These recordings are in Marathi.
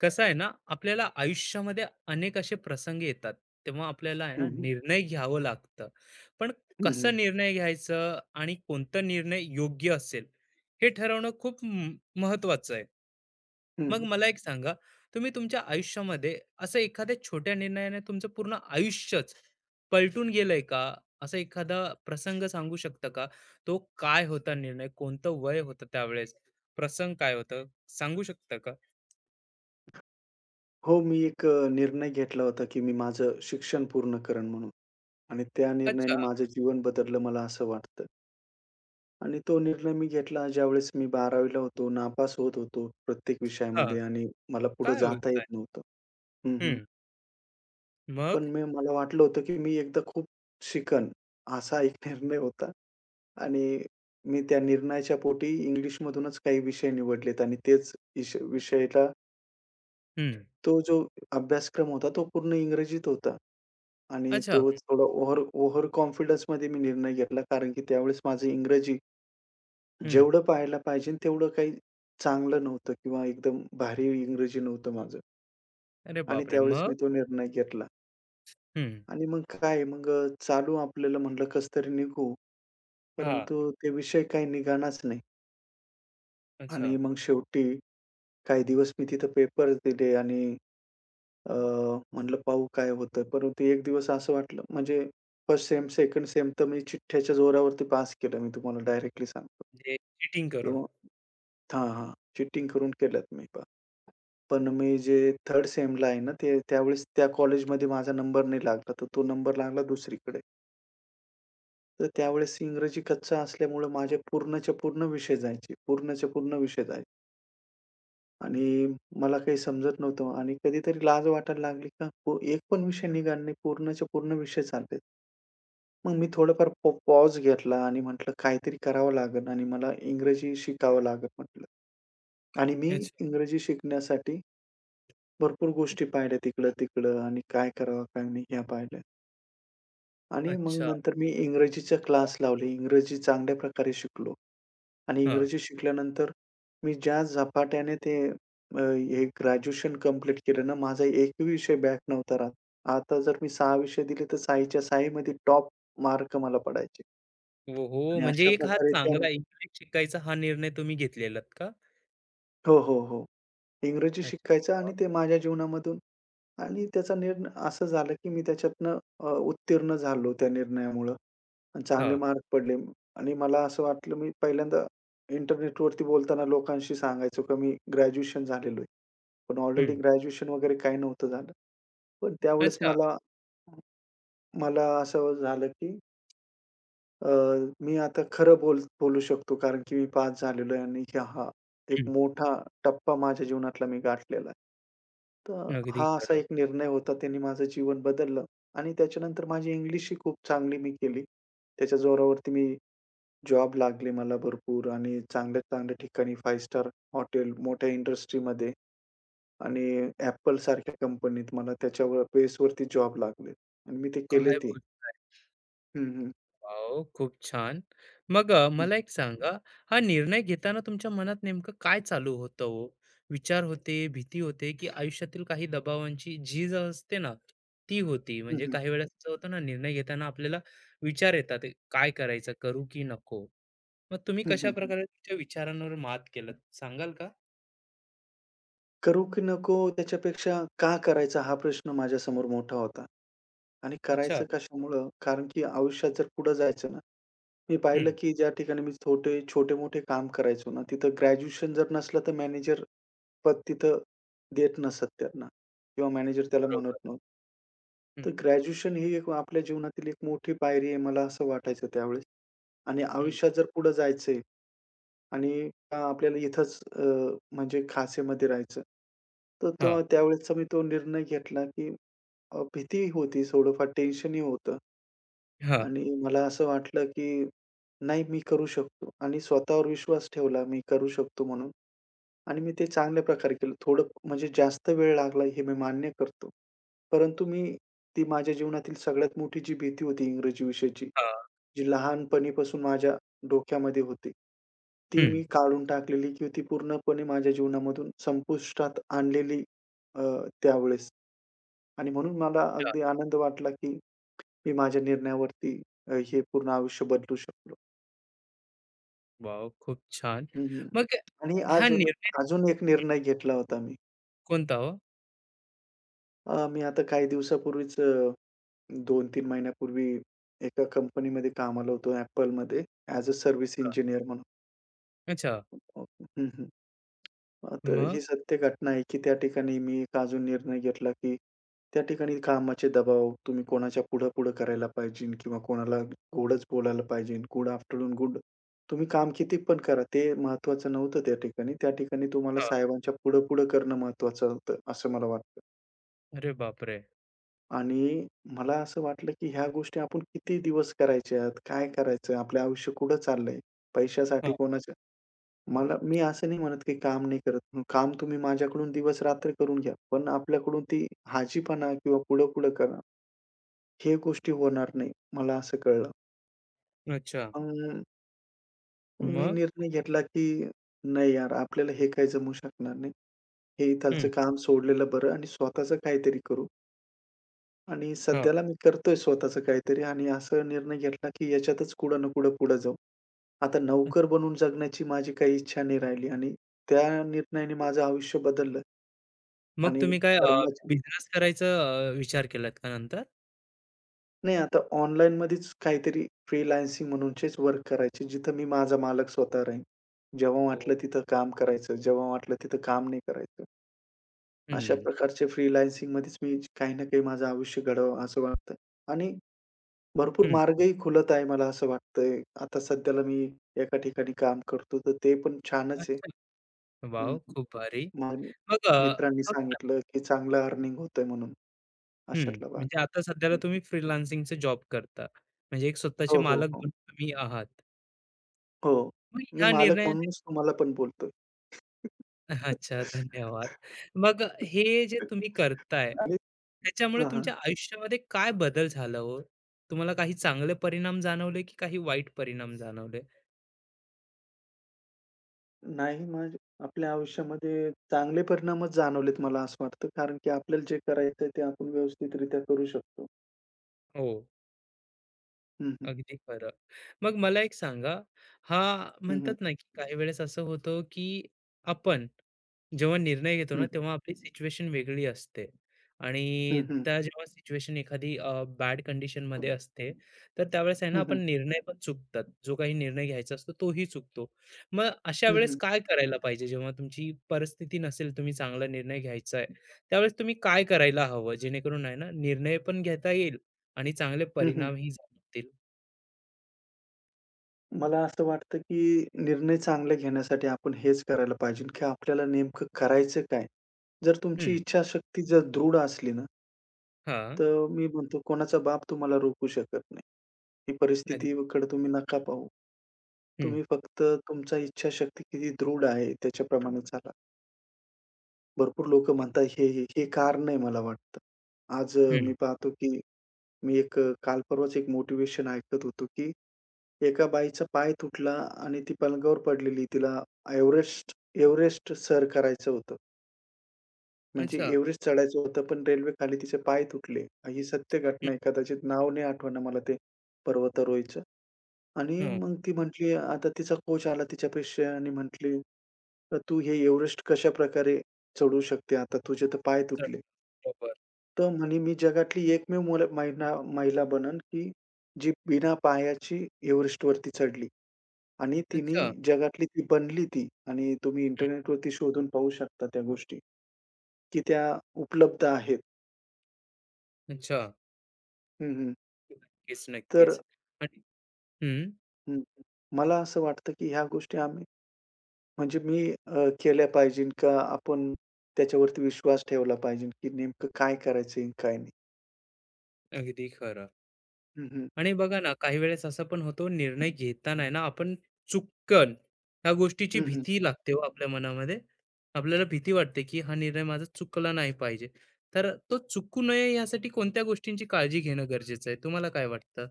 कसं आहे ना? आपल्याला आयुष्यामध्ये अनेक असे प्रसंग येतात, तेव्हा आपल्याला आहे हं, ना, हं. निर्णय घ्यावं लागतं. पण हं, कसा हं. निर्णय घ्यायचं आणि कोणता निर्णय योग्य असेल, हे ठरवणं खूप महत्वाचं आहे. हं, मग हं. मला एक सांगा, तुम्ही तुमच्या आयुष्यामध्ये असं एखाद्या छोट्या निर्णयाने तुमचं पूर्ण आयुष्यच पलटून गेलंय का? असा एखादा प्रसंग सांगू शकता का? तो काय होता निर्णय, कोणतं वय होतं त्यावेळेस, प्रसंग काय होतं, सांगू शकता का? हो, मी एक निर्णय घेतला होता, की मी माझं शिक्षण पूर्ण करेन म्हणून. आणि त्या अच्छा. निर्णयाने माझं जीवन बदललं मला असं वाटतं. आणि तो निर्णय मी घेतला ज्यावेळेस मी 12वी होतो, नापास होत होतो प्रत्येक हा, विषयामध्ये आणि मला पुढे काय जाता येत बोलताय? नव्हतं. हं, हं. हं. मग? पण मला वाटलं होतं, की मी एकदा खूप शिकन असा एक निर्णय होता. आणि मी त्या निर्णयाच्या पोटी इंग्लिशमधूनच काही विषय निवडलेत आणि तेच इश विषयाला हं. तो जो अभ्यासक्रम होता तो पूर्ण इंग्रजीत होता. आणि तो अच्छा. थोडा ओव्हर ओव्हर कॉन्फिडन्समध्ये मी निर्णय घेतला. कारण की त्यावेळेस माझं इंग्रजी हं. जेवढं पाहायला पाहिजे तेवढं काही चांगलं नव्हतं किंवा एकदम भारी इंग्रजी नव्हतं माझं. अरे आणि बापरे! त्यावेळेस मग? मी तो निर्णय घेतला. हं. आणि मग काय, मग चालू आपल्याला म्हटलं कसं तरी निघू. हां. परंतु ते विषय काही निघाणाच नाही. अच्छा. आणि मग शेवटी काही दिवस मी तिथं पेपर्स दिले आणि अ, म्हटलं पाहू काय होतं. परंतु एक दिवस असं वाटलं म्हणजे फर्स्ट सेम, सेकंड सेम तर मी चिठ्ठ्याच्या जोरावरती पास केलं, मी तुम्हाला डायरेक्टली सांगतो म्हणजे चीटिंग करून. किंवा. हां, हां. चीटिंग करून केल्यात मी पा पण मी जे थर्ड सेमला आहे ना, ते त्यावेळेस त्या कॉलेजमध्ये माझा नंबर नाही लागला, तर तो नंबर लागला दुसरीकडे. तर त्यावेळेस इंग्रजी कच्चा असल्यामुळं माझे पूर्णच्या पूर्ण विषय जायचे. आणि मला काही समजत नव्हतं आणि कधीतरी लाज वाटायला लागली का, एक पण विषय निघाला नाही, पूर्णच्या पूर्ण विषय चाललेत. मग मी थोडंफार पॉज घेतला आणि म्हटलं काहीतरी करावं लागेल आणि मला इंग्रजी शिकावं लागेल म्हटलं. आणि मी अच्छा. इंग्रजी शिकण्यासाठी भरपूर गोष्टी पाहिल्या तिकडं-तिकडं आणि काय करावं, काय नाही ह्या पाहिल्या. आणि मग अच्छा. नंतर मी इंग्रजीचा मग? क्लास लावले. इंग्रजी चांगल्या प्रकारे शिकलो. आणि हां. इंग्रजी शिकल्यानंतर मी ज्या झपाट्याने ते हे ग्रॅज्युएशन कंप्लीट केलं ना, माझा एकही विषय बॅक नव्हता राहत. आता जर मी 6 विषय दिले, तर 6च्या 6 टॉप मार्क मला पडायचे. ओहो! आणि म्हणजे अशा एक हा प्रकारे त्या, चांगला इंग्लिश शिकायचा हा निर्णय तुम्ही घेतलेलात का? हो, हो, हो, इंग्रजी अच्छा. शिकायचं आणि मग? ते माझ्या जीवनामधून. आणि त्याचा निर्णय असं झालं, की मी त्याच्यातनं उत्तीर्ण झालो त्या निर्णयामुळं. चांगले हां. मार्क पडले. आणि मला असं वाटलं मी पहिल्यांदा इंटरनेटवरती बोलताना लोकांशी सांगायचो, की मी ग्रॅज्युएशन झालेलो आहे. पण ऑलरेडी हं. ग्रॅज्युएशन वगैरे काही नव्हतं झालं. पण त्यावेळेस अच्छा. मला मला असं झालं, की अ, मी आता खरं बोलू शकतो, कारण की मी पास झालेलो आहे आणि हा एक हं. मोठा टप्पा माझ्या जीवनातला मी गाठलेला आहे. तर अगदी हा असा खरं. एक निर्णय होता. त्याने माझं जीवन बदललं. आणि त्याच्यानंतर माझी इंग्लिशही खूप चांगली मी केली. त्याच्या जोरावरती मी जॉब लागले मला भरपूर आणि चांगल्या-चांगल्या ठिकाणी, 5 स्टार हॉटेल, मोठ्या इंडस्ट्रीमध्ये आणि Apple सारख्या कंपनीत मला त्याच्यावर बेसवरती जॉब लागले आणि मी ते केले काय ते. बोल. हं, हं. वॉव! खूप छान. मग हं, मला एक सांगा, हा निर्णय घेताना तुमच्या मनात नेमकं काय चालू होतं हो? विचार होते, भीती होते, की आयुष्यातील काही दबावांची झीज असते ना, ती होती? म्हणजे हं. काही वेळेस असं होतं ना, निर्णय घेताना आपल्याला विचार येतात, "ए, काय करायचं, करू की नको?" मग तुम्ही हं, हं. कशाप्रकारे तुमच्या विचारांवर मात केलत, सांगाल का? करू की नको त्याच्यापेक्षा का करायचा, हा प्रश्न माझ्यासमोर मोठा होता. आणि अच्छा. करायचं कशामुळं? कारण की आयुष्यात जर पुढे जायचं ना. मी पाहिलं, हं. की ज्या ठिकाणी मी छोटे छोटे-मोठे काम करायचो ना, तिथं ग्रॅज्युएशन जर नसलं तर मॅनेजर पद तिथं देत नसत त्यांना, किंवा मॅनेजर त्याला म्हणत बरोबर. नव्हतं. तर हं, ग्रॅज्युएशन ही एक आपल्या जीवनातील एक मोठी पायरी आहे मला असं वाटायचं त्यावेळेस. आणि हं. आयुष्यात जर पुढे जायचंय आणि आपल्याला इथंच म्हणजे खाचेमध्ये राहायचं. तर हां, तो त्यावेळेसचा मी तो निर्णय घेतला, की भीती होती, थोडंफार टेन्शनही होतं. हां, आणि मला असं वाटलं, की नाही, मी करू शकतो, आणि स्वतःवर विश्वास ठेवला मी करू शकतो म्हणून, आणि मी ते चांगल्या प्रकारे केलं. थोडं म्हणजे जास्त वेळ लागला हे मी मान्य करतो. परंतु मी ती माझ्या जीवनातील सगळ्यात मोठी जी भीती होती इंग्रजी विषयाची, हां. जी लहानपणीपासून माझ्या डोक्यामध्ये होती, ती हं. मी काढून टाकलेली, की ती पूर्णपणे माझ्या जीवनामधून संपुष्टात आणलेली अ, त्यावेळेस. आणि म्हणून मला अच्छा. अगदी आनंद वाटला, की मी माझ्या निर्णयावरती हे पूर्ण आयुष्य बदलू शकलो. वॉव! खूप छान. हं, हं. मग आणि हा अजून निर्णय अजून एक निर्णय घेतला होता मी. कोणता हो? मी आता काही दिवसापूर्वीच, 2-3 महिन्यापूर्वी, एका कंपनीमध्ये कामाला होतो Appleमध्ये, ॲज अ सर्व्हिस इंजिनियर म्हणून. अच्छा. हं, हं. तर मग? ही सत्य घटना आहे, की त्या ठिकाणी मी एक अजून निर्णय घेतला, की त्या ठिकाणी कामाचे दबाव तुम्ही कोणाच्या पुढं-पुढं करायला पाहिजे, किंवा कोणाला गोडच बोलायला पाहिजे. गुड आफ्टरनून, तुम्ही काम किती पण करा, ते महत्त्वाचं नव्हतं त्या ठिकाणी. त्या ठिकाणी तुम्हाला हां. साहेबांच्या पुढं-पुढं करणं महत्त्वाचं होतं, असं मला वाटतं. अरे बापरे! आणि मला असं वाटलं, की ह्या गोष्टी आपण किती दिवस करायच्यात? काय करायचं? आपलं आयुष्य कुठं चाललंय? हां. पैशासाठी कोणाच्या. मला, मी असं नाही म्हणत की काम नाही करत. काम तुम्ही माझ्याकडून दिवस-रात्र करून घ्या. पण आपल्याकडून ती हाजीपणा किंवा पुढं-पुढं करा, हे गोष्टी होणार नाही, मला असं कळलं. अच्छा. मग मग मी मग? निर्णय घेतला की नाही यार, आपल्याला हे काही जमू शकणार नाही. हे हं. इथालचं काम सोडलेलं बरं आणि स्वतःचं काहीतरी करू. आणि हां. सध्याला मी करतोय स्वतःचं काहीतरी, आणि असा निर्णय घेतला की याच्यातच कुठं ना कुठं पुढं जाऊ. आता अच्छा. नोकर बनून जगण्याची माझी काही इच्छा नाही राहिली, आणि त्या निर्णयाने माझं आयुष्य बदललं. मग आणि तुम्ही काय, कर्मचारी, बिझनेस करायचा विचार केलात का नंतर? नाही आता ऑनलाईनमध्येच काहीतरी फ्रीलान्सिंग म्हणूनचेच वर्क करायचे, जिथं मी माझा मालक स्वतः राहीन. जेव्हा हो. वाटलं तिथं काम करायचं, जेव्हा वाटलं तिथं काम नाही करायचं. अशा हं. प्रकारचे फ्रीलान्सिंगमध्येच मी काही ना काही माझं आयुष्य घडवावं असं वाटतं. आणि भरपूर हं. मार्गही खुलत आहे मला असं वाटतंय. आता सध्याला मी एका ठिकाणी काम करतो, तर ते पण छानच आहे. अच्छा. हं, वॉव! हं. खूप भारी. मग मग मित्रांनी बघ ना. सांगितलं, की चांगलं अर्निंग होतंय म्हणून, हं. अशातला भाग. म्हणजे आता सध्याला हं. तुम्ही फ्रीलान्सिंगचा जॉब करता. म्हणजे एक स्वतःचे हो, हो, मालक हो. बनून तुम्ही आहात. हो. मग मी ह्या मालक निर्णयाने. म्हणूनच तुम्हाला पण बोलतोय. अच्छा, धन्यवाद. मग हे जे तुम्ही करताय, आणि. त्याच्यामुळे हां, हां. तुमच्या आयुष्यामध्ये काय बदल झाला हो? तुम्हाला काही चांगले परिणाम जाणवले, की काही वाईट परिणाम जाणवले? नाही म्हणजे आपल्या आयुष्यामध्ये चांगले परिणामच जाणवलेत मला असं वाटतं. कारण की आपल्याला जे करायचंय ते आपण व्यवस्थितरित्या करू शकतो. हो, हं, हं. अगदी खरं. मग मला एक सांगा, हा, हं, हं. म्हणतात ना, की काही वेळेस असं होतं, की आपण जेव्हा निर्णय घेतो ना, हं, हं. तेव्हा आपली सिच्युएशन वेगळी असते आणि हं, हं. त्या जेव्हा सिच्युएशन एखादी बॅड कंडिशनमध्ये असते, तर त्यावेळेस आहे ना, हं, आपण हं. निर्णय पण चुकतात. जो काही निर्णय घ्यायचा असतो तोही चुकतो. मग अशा हं, वेळेस हं. काय करायला पाहिजे? जेव्हा तुमची परिस्थिती नसेल, तुम्ही चांगला निर्णय घ्यायचा आहे, त्यावेळेस तुम्ही काय करायला हवं? जेणेकरून आहे ना, निर्णय पण घेता येईल आणि चांगले हं, हं. परिणामही जाणवतील. मला असं वाटतं की निर्णय चांगले घेण्यासाठी आपण हेच करायला पाहिजे, की आपल्याला नेमकं करायचं काय? जर तुमची हं, इच्छाशक्ती जर दृढ असली ना, हां, तर मी म्हणतो, कोणाचा बाप तुम्हाला रोखू शकत नाही. ही अगदी. परिस्थितीकडे तुम्ही नका पाहू. हं, तुम्ही फक्त तुमचा इच्छाशक्ती किती दृढ आहे त्याच्याप्रमाणे चाला. भरपूर लोकं म्हणतात, हे कारण आहे मला वाटतं. आज, मी हं. पाहतो की काल परवाच एक मोटिव्हेशन ऐकत होतो, की एका बाईचा पाय तुटला आणि ती पलंगावर पडलेली. तिला एव्हरेस्ट एव्हरेस्ट सर करायचं होतं. म्हणजे अच्छा. एव्हरेस्ट चढायचं होतं, पण रेल्वे खाली तिचे पाय तुटले. ही सत्य हं, घटना आहे. कदाचित नाव नाही आठवणं मला ते, पर्वतारोहीचं. आणि हो. मग ती म्हटली, आता तिचा कोच आला तिच्यापाशी आणि म्हटली, "तू हे एव्हरेस्ट कशाप्रकारे चढू शकते आता? तुझे तर पाय चल, तुटले." बरोबर. तर म्हणे, "मी जगातली एकमेव मोल महिला महिला बनन, की जी बिना पायाची एव्हरेस्टवरती चढली." आणि तिने अच्छा. जगातली ती बनली ती, आणि तुम्ही हं, इंटरनेटवरती शोधून पाहू शकता त्या गोष्टी, की त्या उपलब्ध आहेत. अच्छा. हं, हं. नक्कीच, नक्कीच. तर. आणि हं, हं, हं. मला असं वाटतं, की ह्या गोष्टी आम्ही म्हणजे मी केल्या पाहिजे का आपण त्याच्यावरती विश्वास ठेवला पाहिजे, की नेमकं काय करायचं आहे आणि काय नाही. अगदी खरं. हं, हं. आणि बघा ना, काही वेळेस असं पण होतो निर्णय घेताना आहे ना, आपण चुकन ह्या गोष्टीची हं, हं. भीती लागते हो आपल्या मनामध्ये. आपल्याला भीती वाटते, की हा निर्णय माझा चुकला नाही पाहिजे. तर तो चुकू नये यासाठी कोणत्या गोष्टींची काळजी घेणं गरजेचं आहे? तुम्हाला काय वाटतं?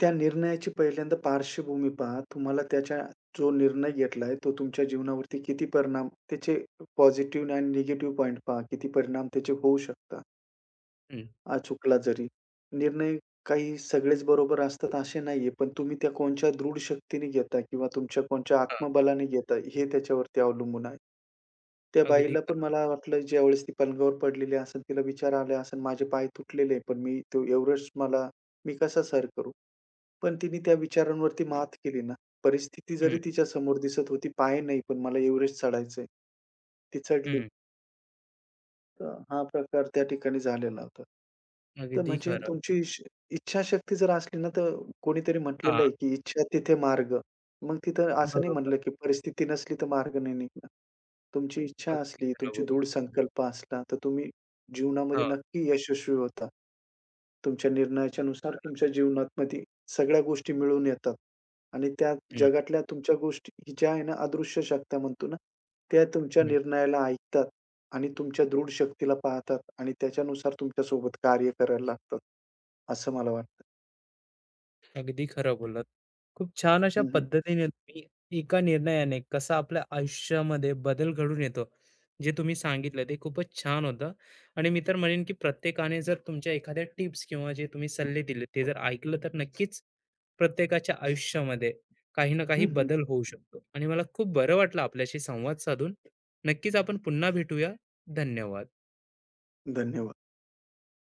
त्या निर्णयाची पहिल्यांदा पार्श्वभूमी पहा. तुम्हाला त्याच्या जो निर्णय घेतलाय तो तुमच्या जीवनावरती किती परिणाम त्याचे, पॉझिटिव्ह आणि निगेटिव्ह पॉइंट पहा. किती परिणाम त्याचे होऊ शकतात. हं, चुकला जरी. निर्णय काही सगळेच बरोबर असतात असे नाहीये, पण तुम्ही त्या कोणच्या दृढ शक्तीने घेता किंवा तुमच्या कोणच्या हां, आत्मबलाने घेता हे त्याच्यावरती अवलंबून आहे. त्या अगदी बाईला पण खरं. मला वाटलं ज्यावेळेस ती पलंगावर पडलेली असेल, तिला विचार आले असेल, माझे पाय तुटलेले आहे, पण मी तो एव्हरेस्ट मी कसा सर करू? पण तिने त्या विचारांवरती मात केली ना. परिस्थिती हं, जरी तिच्या समोर दिसत होती, पाय नाही, पण मला एव्हरेस्ट चढायचंय. ती चढली. हं. तर हा प्रकार त्या ठिकाणी झालेला होता. तर अगदी म्हणजे खरं. तुमची इच्छाशक्ती जर असली ना, तर कोणीतरी हां, म्हटलेलं आहे, की "इच्छा तिथे मार्ग." मग तिथं असं नाही बरोबर. म्हटलं, की परिस्थिती नसली तर मार्ग नाही निघणार. तुमची इच्छा अगदी असली, खरं तुमची बोल. दृढ संकल्प असला, तर तुम्ही जीवनामध्ये हां, नक्की यशस्वी होता. तुमच्या निर्णयाच्यानुसार तुमच्या जीवनामध्ये सगळ्या गोष्टी मिळून येतात, आणि त्या हं. जगातल्या तुमच्या गोष्टी ज्या आहे ना, अदृश्य शक्त्या म्हणतो ना, त्या तुमच्या निर्णयाला ऐकतात. आणि तुमच्या दृढ शक्तीला पाहतात आणि त्याच्यानुसार तुमच्यासोबत कार्य करायला लागतात, असं मला वाटतं. अगदी खरं बोललात. खूप छान अशा हं, हं. पद्धतीने तुम्ही एका निर्णयाने कसा आपल्या आयुष्यामध्ये बदल घडून येतो, जे तुम्ही सांगितलं ते खूपच छान होतं. आणि मी तर म्हणेन, की प्रत्येकाने जर तुमच्या एखाद्या टिप्स किंवा जे तुम्ही सल्ले दिले ते जर ऐकलं तर नक्कीच प्रत्येकाच्या आयुष्यामध्ये काही ना काही हं, हं. बदल होऊ शकतो. आणि मला खूप बरं वाटलं आपल्याशी संवाद साधून. नक्कीच आपण पुन्हा भेटूया. धन्यवाद. धन्यवाद.